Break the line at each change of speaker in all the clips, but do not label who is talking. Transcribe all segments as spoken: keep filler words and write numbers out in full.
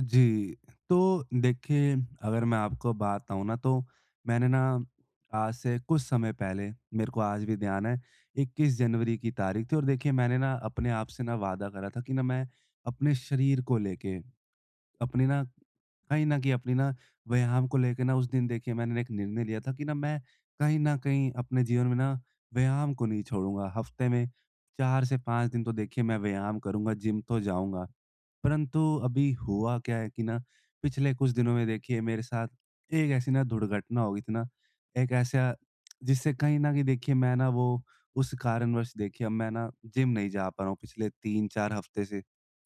जी। तो देखिए, अगर मैं आपको बताऊँ ना तो मैंने ना आज से कुछ समय पहले, मेरे को आज भी ध्यान है, इक्कीस जनवरी की तारीख़ थी। और देखिए मैंने ना अपने आप से ना वादा करा था कि ना मैं अपने शरीर को लेके, अपने ना, कहीं न कहीं अपनी ना व्यायाम को लेके ना, उस दिन देखिए मैंने एक निर्णय लिया था कि ना मैं कहीं न कहीं अपने जीवन में ना व्यायाम को नहीं छोड़ूँगा। हफ्ते में चार से पाँच दिन तो देखिए मैं व्यायाम करूँगा, जिम तो जाऊँगा। परंतु अभी हुआ क्या है कि ना पिछले कुछ दिनों में देखिए मेरे साथ एक ऐसी ना दुर्घटना हो गई थी ना, एक ऐसा जिससे कहीं न कहीं देखिए मैं ना वो, उस कारणवश देखिए अब मैं ना जिम नहीं जा पा रहा हूँ पिछले तीन चार हफ्ते से।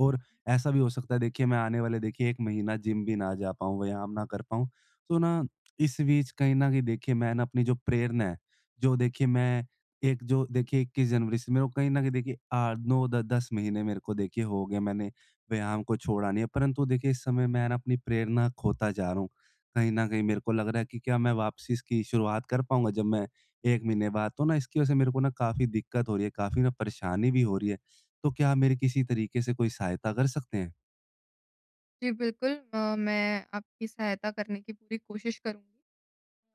और ऐसा भी हो सकता है देखिए, मैं आने वाले देखिए एक महीना जिम भी ना जा पाऊँ, व्यायाम ना कर पाऊँ। तो ना इस बीच कहीं न कहीं देखिए मैं ना अपनी जो प्रेरणा है, जो देखिए मैं एक जो देखिए इक्कीस जनवरी से मेरे को कहीं न कहीं देखिए आ नौ द दस महीने मेरे को देखिए हो गए, मैंने व्यायाम को छोड़ा नहीं है। परंतु देखिए इस समय मैं ना अपनी प्रेरणा खोता जा रहा हूँ। कहीं न कहीं मेरे को लग रहा है कि क्या मैं वापसी इसकी शुरुआत कर पाऊँगा जब मैं एक महीने बाद? तो ना इसकी वज़ह से मेरे को ना काफ़ी दिक्कत हो रही है, काफ़ी ना परेशानी भी हो रही है। तो क्या आप मेरी किसी तरीके से कोई सहायता कर सकते हैं?
जी, बिल्कुल अ, मैं आपकी सहायता करने की पूरी कोशिश करूँगी।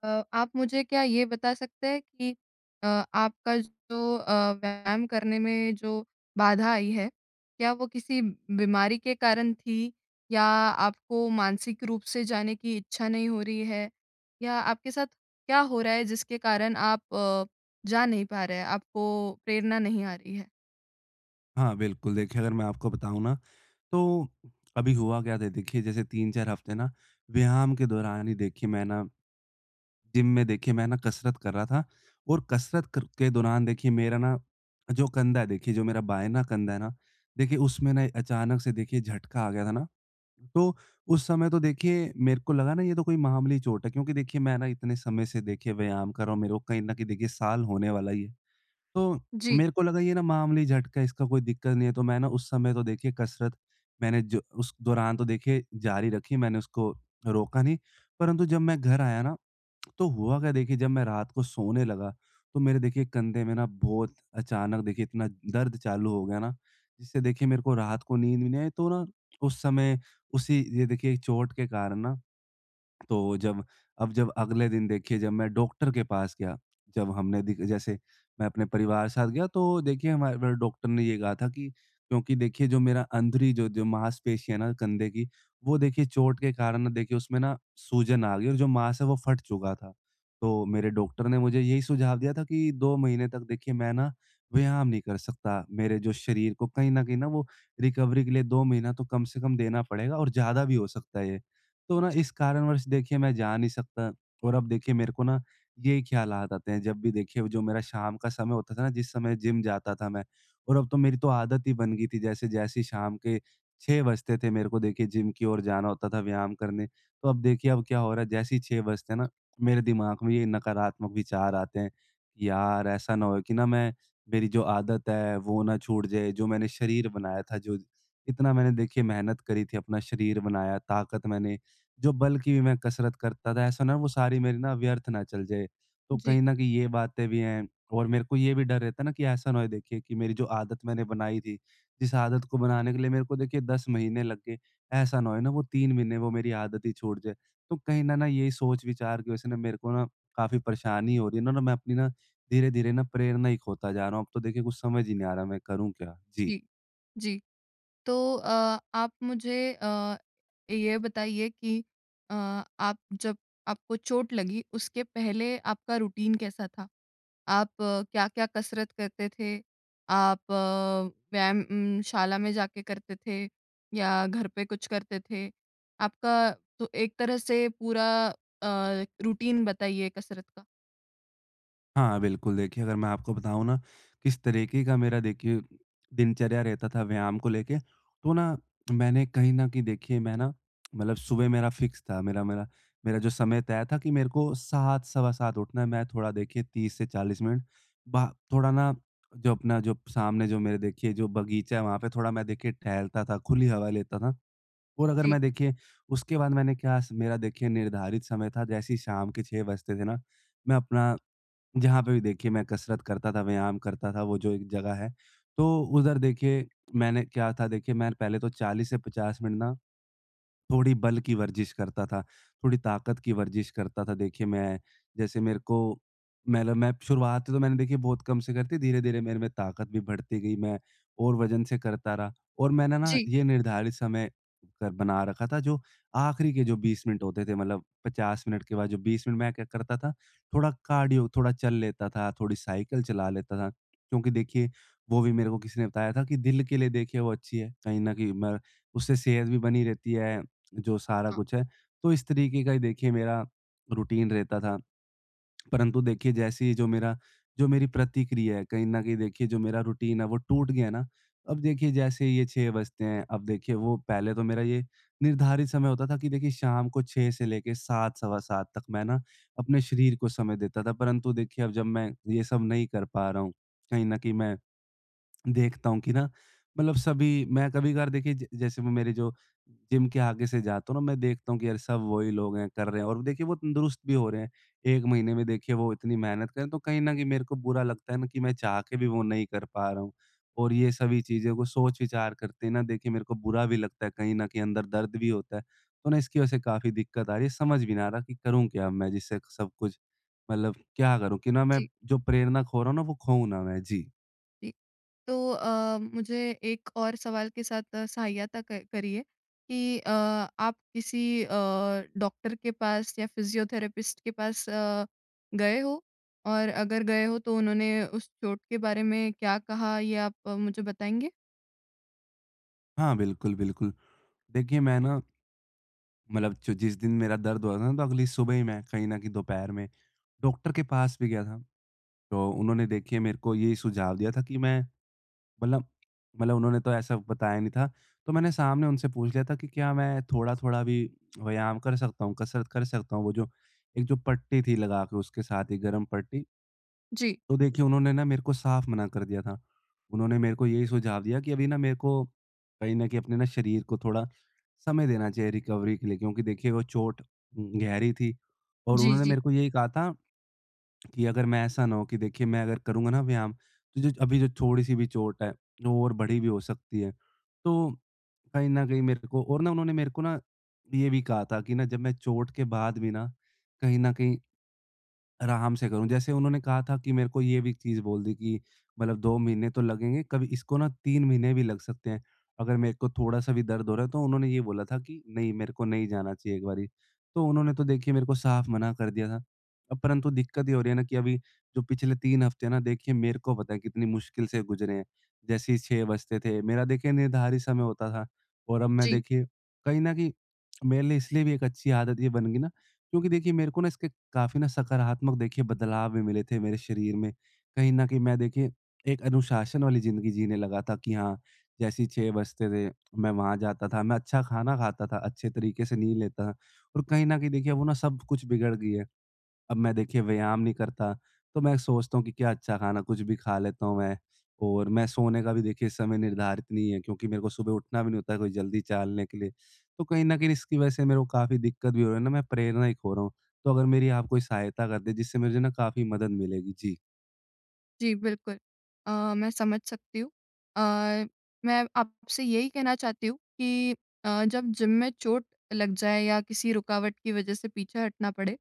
अ, आप मुझे क्या ये बता सकते हैं कि अ, आपका जो अ, व्यायाम करने में जो बाधा आई है, क्या वो किसी बीमारी के कारण थी? या आपको मानसिक रूप से जाने की इच्छा नहीं हो रही है? या आपके साथ क्या हो रहा है जिसके कारण आप अ, जा नहीं पा रहे हैं, आपको प्रेरणा नहीं आ रही है?
हाँ, बिल्कुल, देखिए अगर मैं आपको बताऊँ ना, तो अभी हुआ क्या था देखिए, जैसे तीन चार हफ्ते ना व्यायाम के दौरान ही देखिए मैं ना जिम में देखिए मैं ना कसरत कर रहा था, और कसरत कर के दौरान देखिए मेरा ना जो कंधा है देखिए जो मेरा बाएँ ना कंधा है ना, देखिए उसमें ना अचानक से देखिए झटका आ गया था ना। तो उस समय तो देखिए मेरे को लगा ना ये तो कोई मामूली चोट है, क्योंकि देखिए मैं ना इतने समय से देखिए व्यायाम कर रहा हूँ, मेरे को कहीं न कहीं देखिए साल होने वाला ही है। तो
जी,
मेरे को लगा ये ना मामूली झटका है, इसका कोई दिक्कत नहीं है, तो मैं ना उस समय तो देखिए कसरत, मैंने जो उस दौरान तो देखिए जारी रखी, मैंने उसको रोका नहीं। परंतु जब मैं घर आया ना, तो हुआ क्या देखिए, जब मैं रात को सोने लगा, तो मेरे देखिए कंधे में ना बहुत अचानक देखिए इतना दर्द चालू हो गया ना, जिससे देखिए मेरे को रात को नींद भी नहीं आई। तो ना उस समय, उसी ये देखिए चोट के कारण ना, तो जब, अब जब अगले दिन देखिए जब मैं डॉक्टर के पास गया, जब हमने दिक जैसे मैं अपने परिवार साथ गया, तो देखिए हमारे मेरे डॉक्टर ने ये कहा था कि क्योंकि देखिए जो मेरा अंदरूनी जो जो मांसपेशी है ना कंधे की, वो देखिए चोट के कारण ना देखिए उसमें ना सूजन आ गई, और जो मांस है वो फट चुका था। तो मेरे डॉक्टर ने मुझे यही सुझाव दिया था कि दो महीने तक देखिए मैं ना व्यायाम नहीं कर सकता। मेरे जो शरीर को कहीं न कहीं ना वो रिकवरी के लिए दो महीना तो कम से कम देना पड़ेगा, और ज़्यादा भी हो सकता है ये। तो ना इस कारणवश देखिए मैं जा नहीं सकता। और अब देखिए मेरे को ना ये ख़्यालात आते हैं जब भी देखिए जो मेरा शाम का समय होता था ना, जिस समय जिम जाता था मैं। और अब तो मेरी तो आदत ही बन गई थी, जैसे जैसे ही शाम के छह बजते थे मेरे को देखिए जिम की ओर जाना होता था व्यायाम करने। तो अब देखिए अब क्या हो रहा है, जैसे ही छह बजते हैं ना, मेरे दिमाग में ये नकारात्मक विचार आते हैं कि यार ऐसा ना हो कि ना मैं, मेरी जो आदत है वो ना छूट जाए, जो मैंने शरीर बनाया था, जो इतना मैंने देखिए मेहनत करी थी, अपना शरीर बनाया, ताकत मैंने जो बल की भी मैं कसरत करता था, ऐसा ना वो सारी मेरी ना व्यर्थ ना चल जाए। तो
जी,
कहीं न कहीं ये बातें भी हैं, और मेरे को ये भी डर रहता है ना कि ऐसा ना हो देखिए कि मेरी जो आदत मैंने बनाई थी, जिस आदत को बनाने के लिए मेरे को देखिए दस महीने लग गए, ऐसा ना होए ना वो तीन महीने वो मेरी आदत ही छूट जाए। तो कहीं न ना यही सोच-विचार की वजह से ना मेरे को ना काफ़ी परेशानी हो रही है ना, ना मैं अपनी ना धीरे-धीरे ना प्रेरणा ही खोता जा रहा हूँ। अब तो देखिए कुछ समझ ही नहीं आ रहा, मैं करूँ क्या? जी।
जी, जी। तो अ, आप मुझे अ, ये बताइए कि अ, आप जब आपको चोट लगी उसके पहले आपका रूटीन कैसा था? आप क्या-क्या कसरत करते थे? आप अ, व्यायाम उम, शाला में जाके करते थे या घर पे कुछ करते थे? आपका तो एक तरह से पूरा अ, रूटीन बताइए कसरत का।
हाँ, बिल्कुल। देखिए, अगर मैं आपको बताऊँ ना, किस तरीके का मेरा देखिए दिनचर्या रहता था व्यायाम को लेके, तो ना मैंने कहीं न कहीं देखिए मैं ना, मतलब सुबह मेरा फ़िक्स था, मेरा मेरा मेरा जो समय तय था कि मेरे को सात सवा सात उठना है। मैं थोड़ा देखिए तीस से चालीस मिनट बा थोड़ा ना, जो अपना जो सामने जो मेरे देखिए जो बगीचा है, वहाँ पे थोड़ा मैं देखिए टहलता था, खुली हवा लेता था। और अगर
जी,
मैं देखिए उसके बाद मैंने क्या स मेरा देखिए निर्धारित समय था, जैसे ही शाम के छह बजते थे ना, मैं अपना जहाँ पे भी देखिए मैं कसरत करता था, व्यायाम करता था, वो जो एक जगह है, तो उधर देखिए मैंने क्या था देखिए मैं पहले तो चालीस से पचास मिनट ना थोड़ी बल की वर्जिश करता था, थोड़ी ताकत की वर्जिश करता था। देखिए मैं, जैसे मेरे को, मतलब मैं शुरुआत तो मैंने देखिए बहुत कम से करती, धीरे-धीरे मेरे में ताकत भी बढ़ती गई, मैं और वज़न से करता रहा, और मैंने ना
जी,
ये निर्धारित समय कर बना रखा था जो आखिरी के जो बीस मिनट होते थे, मतलब पचास मिनट के बाद जो बीस मिनट मैं क्या करता था, थोड़ा कार्डियो, थोड़ा चल लेता था, थोड़ी साइकिल चला लेता था। क्योंकि देखिए वो भी मेरे को किसी ने बताया था कि दिल के लिए देखिए वो अच्छी है, कहीं न कहीं मैं, उससे सेहत भी बनी रहती है। जो सारा
हाँ।
कुछ है। तो इस तरीके का ही देखिए मेरा रूटीन रहता था। परंतु देखिए जैसे ही जो मेरा, जो मेरी प्रतिक्रिया है, कहीं न कहीं देखिए जो मेरा रूटीन है वो टूट गया ना, अब देखिए जैसे ये छह बजते हैं, अब देखिए वो पहले तो मेरा ये निर्धारित समय होता था कि देखिए शाम को छह से लेके सात सवा सात तक मैं ना अपने शरीर को समय देता था। परंतु देखिए अब जब मैं ये सब नहीं कर पा रहा हूँ, कहीं न कहीं मैं देखता हूँ कि ना, मतलब सभी मैं कभी-कभार देखिए ज जैसे वो मेरे जो जिम के आगे से जाता हूँ ना, मैं देखता हूँ कि यार सब वही लोग हैं, कर रहे हैं और देखिए वो तंदुरुस्त भी हो रहे हैं। एक महीने में देखिए वो इतनी मेहनत करें तो कहीं न कहीं मेरे को बुरा लगता है ना कि मैं चाह के भी वो नहीं कर पा रहा हूँ। और ये सभी चीज़ों को सोच-विचार करते ना देखिए मेरे को बुरा भी लगता है, कहीं न कहीं अंदर दर्द भी होता है। तो ना इसकी वजह से काफ़ी दिक्कत आ रही है, समझ भी ना आ रहा कि करूँ क्या मैं जिससे सब कुछ, मतलब क्या करूँ कि ना मैं
जी।
जो प्रेरणा खो रहा हूँ ना वो खोऊँ ना मैं। जी।
जी। तो अ, मुझे एक और सवाल के साथ अ, सहायता क- करिए कि अ, आप किसी अ, डॉक्टर के पास या फिजियोथेरेपिस्ट के पास अ, गए हो और अगर गए हो तो उन्होंने उस चोट के बारे में क्या कहा ये आप अ, मुझे बताएंगे?
हाँ, बिल्कुल, बिल्कुल। देखिए, मैं ना, मतलब जो जिस दिन मेरा दर्द हुआ था ना, तो अगली सुबह ही मैं, कहीं न कहीं दोपहर में डॉक्टर के पास भी गया था। तो उन्होंने देखिए मेरे को ये सुझाव दिया था कि मैं, मतलब, मतलब उन्होंने तो ऐसा बताया नहीं था। तो मैंने सामने उनसे पूछ लिया था कि क्या मैं थोड़ा-थोड़ा भी व्यायाम कर सकता हूँ, कसरत कर सकता हूँ? वो जो एक जो पट्टी थी लगा के, उसके साथ ही गरम पट्टी,
जी,
तो देखिए उन्होंने ना मेरे को साफ मना कर दिया था। उन्होंने मेरे को यही सुझाव दिया कि अभी ना मेरे को कहीं न कहीं अपने ना शरीर को थोड़ा समय देना चाहिए रिकवरी के लिए, क्योंकि देखिए वो चोट गहरी थी, और
जी,
उन्होंने
जी,
मेरे को यही कहा था कि अगर मैं, ऐसा ना हो कि देखिए मैं अगर करूँगा ना व्यायाम, तो जो अभी जो थोड़ी-सी भी चोट है वो और बड़ी भी हो सकती है। तो कहीं न कहीं मेरे को और ना उन्होंने मेरे को ना ये भी कहा था कि ना जब मैं चोट के बाद भी ना कहीं न कहीं आराम से करूँ। जैसे उन्होंने कहा था कि मेरे को ये भी चीज़ बोल दी कि, मतलब दो महीने तो लगेंगे, कभी इसको ना तीन महीने भी लग सकते हैं। अगर मेरे को थोड़ा-सा भी दर्द हो रहा है तो उन्होंने ये बोला था कि नहीं, मेरे को नहीं जाना चाहिए एक बारी। तो उन्होंने तो देखिए मेरे को साफ़ मना कर दिया था। अब परंतु दिक्कत ये हो रही है ना कि अभी जो पिछले तीन हफ़्ते हैं ना देखिए मेरे को पता है कितनी मुश्किल से गुज़रे हैं। जैसे ही छह बजते थे, मेरा देखिए निर्धारित समय होता था, और अब मैं
जी,
देखिए कहीं न कहीं मेरे लिए इसलिए भी एक अच्छी आदत ये बन गई ना, क्योंकि देखिए मेरे को ना इसके काफ़ी ना सकारात्मक देखिए बदलाव भी मिले थे मेरे शरीर में। कहीं न कहीं मैं देखिए एक अनुशासन वाली ज़िंदगी जीने लगा था कि हाँ, जैसे ही छह बजते थे मैं वहाँ जाता था, मैं अच्छा खाना खाता था, अच्छे तरीके से नींद लेता था, और कहीं न कहीं देखिए वो ना सब कुछ बिगड़ गई है। अब मैं देखिए व्यायाम नहीं करता, तो मैं सोचता हूँ कि क्या अच्छा खाना, कुछ भी खा लेता हूँ मैं, और मैं सोने का भी देखिए समय निर्धारित नहीं है क्योंकि मेरे को सुबह उठना भी नहीं होता है कोई जल्दी चलने के लिए। तो कहीं न कहीं इसकी वज़ह से मेरे को काफ़ी दिक्कत भी हो रही है ना, मैं प्रेरणा ही खो रहा हूँ। तो अगर मेरी आप कोई सहायता कर दें, जिससे मुझे ना काफ़ी मदद मिलेगी। जी।
जी, बिल्कुल। अ, मैं समझ सकती हूँ। अ, मैं आपसे यही कहना चाहती हूँ कि अ, जब जिम में चोट लग जाए या किसी रुकावट की वजह से पीछे हटना पड़े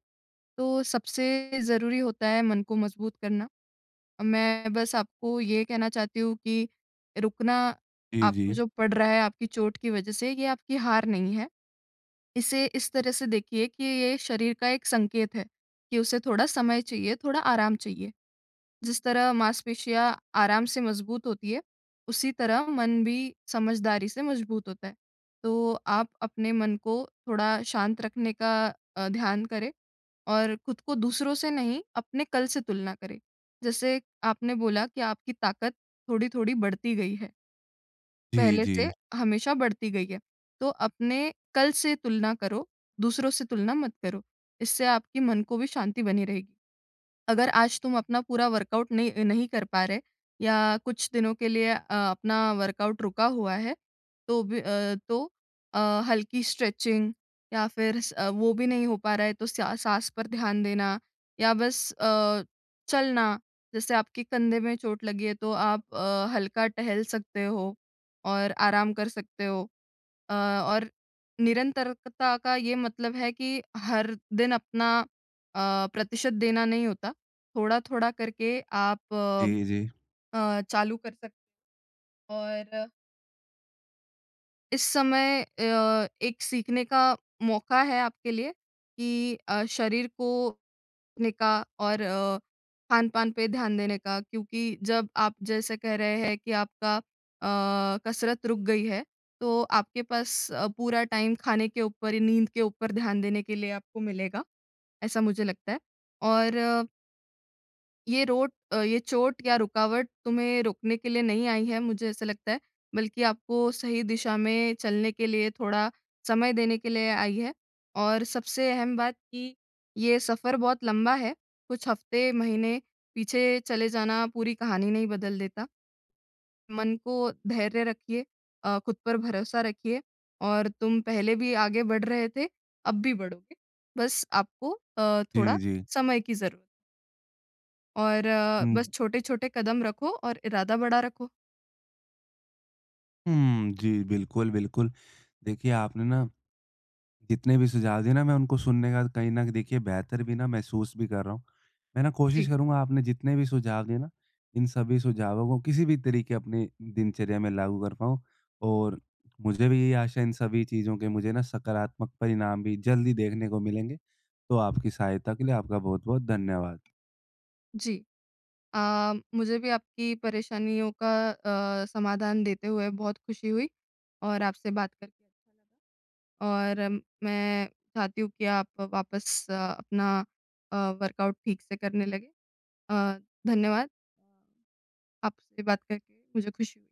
तो सबसे ज़रूरी होता है मन को मजबूत करना। मैं बस आपको ये कहना चाहती हूँ कि रुकना
जी,
आपको
जी।
जो पड़ रहा है आपकी चोट की वज़ह से, ये आपकी हार नहीं है। इसे इस तरह से देखिए कि ये शरीर का एक संकेत है कि उसे थोड़ा समय चाहिए, थोड़ा आराम चाहिए। जिस तरह मांसपेशियाँ आराम से मजबूत होती है, उसी तरह मन भी समझदारी से मजबूत होता है। तो आप अपने मन को थोड़ा शांत रखने का अ, ध्यान करें और खुद को दूसरों से नहीं, अपने कल से तुलना करें। जैसे आपने बोला कि आपकी ताकत थोड़ी-थोड़ी बढ़ती गई है।
जी,
पहले
जी।
से हमेशा बढ़ती गई है। तो अपने कल से तुलना करो, दूसरों से तुलना मत करो। इससे आपके मन को भी शांति बनी रहेगी। अगर आज तुम अपना पूरा वर्कआउट नहीं नहीं कर पा रहे या कुछ दिनों के लिए अ, अपना वर्कआउट रुका हुआ है, तो भी अ, तो अ, हल्की स्ट्रेचिंग या फिर स अ, वो भी नहीं हो पा रहा है, तो स्या साँस पर ध्यान देना या बस अ, चलना। जैसे आपके कंधे में चोट लगी है, तो आप अ, हल्का टहल सकते हो। और आराम कर सकते हो। अ, और निरंतरता का ये मतलब है कि हर दिन अपना अ, प्रतिशत देना नहीं होता। थोड़ा-थोड़ा करके आप
जी,
अ,
जी।
अ, चालू कर सक और इस समय अ, एक सीखने का मौका है आपके लिए कि अ, शरीर को ने का और अ, खान-पान पे ध्यान देने का क्योंकि जब आप जैसे कह रहे हैं कि आपका अ, कसरत रुक गई है, तो आपके पास अ, पूरा टाइम खाने के ऊपर, नींद के ऊपर ध्यान देने के लिए आपको मिलेगा, ऐसा मुझे लगता है और ये रोट अ, ये चोट या रुकावट तुम्हें रोकने के लिए नहीं आई है, मुझे ऐसा लगता है, बल्कि आपको सही दिशा में चलने के लिए थोड़ा समय देने के लिए आई है। और सबसे अहम बात कि ये सफ़र बहुत लंबा है, कुछ हफ़्ते, महीने पीछे चले जाना पूरी कहानी नहीं बदल देता। मन को धैर्य रखिए अ, खुद पर भरोसा रखिए और तुम पहले भी आगे बढ़ रहे थे, अब भी बढ़ोगे। बस आपको अ,
जी,
थोड़ा
जी।
समय की ज़रूरत और अ, बस
हुँ।
छोटे-छोटे कदम रखो और इरादा बड़ा रखो।
हुँ, जी, बिल्कुल, बिल्कुल। देखिए आपने ना जितने भी सुझाव दिए ना, मैं उनको सुनने का कहीं न देखिए बेहतर भी ना महसूस भी कर रहा हूँ। मैं ना कोशिश
जी,
करूँगा, आपने जितने भी सुझाव दिए ना, इन सभी सुझावों को किसी भी तरीके अपनी दिनचर्या में लागू कर पाऊँ, और मुझे भी यही आशा है इन सभी चीज़ों के मुझे ना सकारात्मक परिणाम भी जल्द ही देखने को मिलेंगे। तो आपकी सहायता के लिए आपका बहुत-बहुत धन्यवाद।
जी। अ, मुझे भी आपकी परेशानियों का अ, समाधान देते हुए बहुत खुशी हुई और आपसे बात करके अच्छा लगा। और अम, मैं चाहती हूँ कि आप वापस अ, अपना अ, वर्कआउट ठीक से करने लगें। अ, धन्यवाद। आपसे बात करके मुझे खुशी हुई।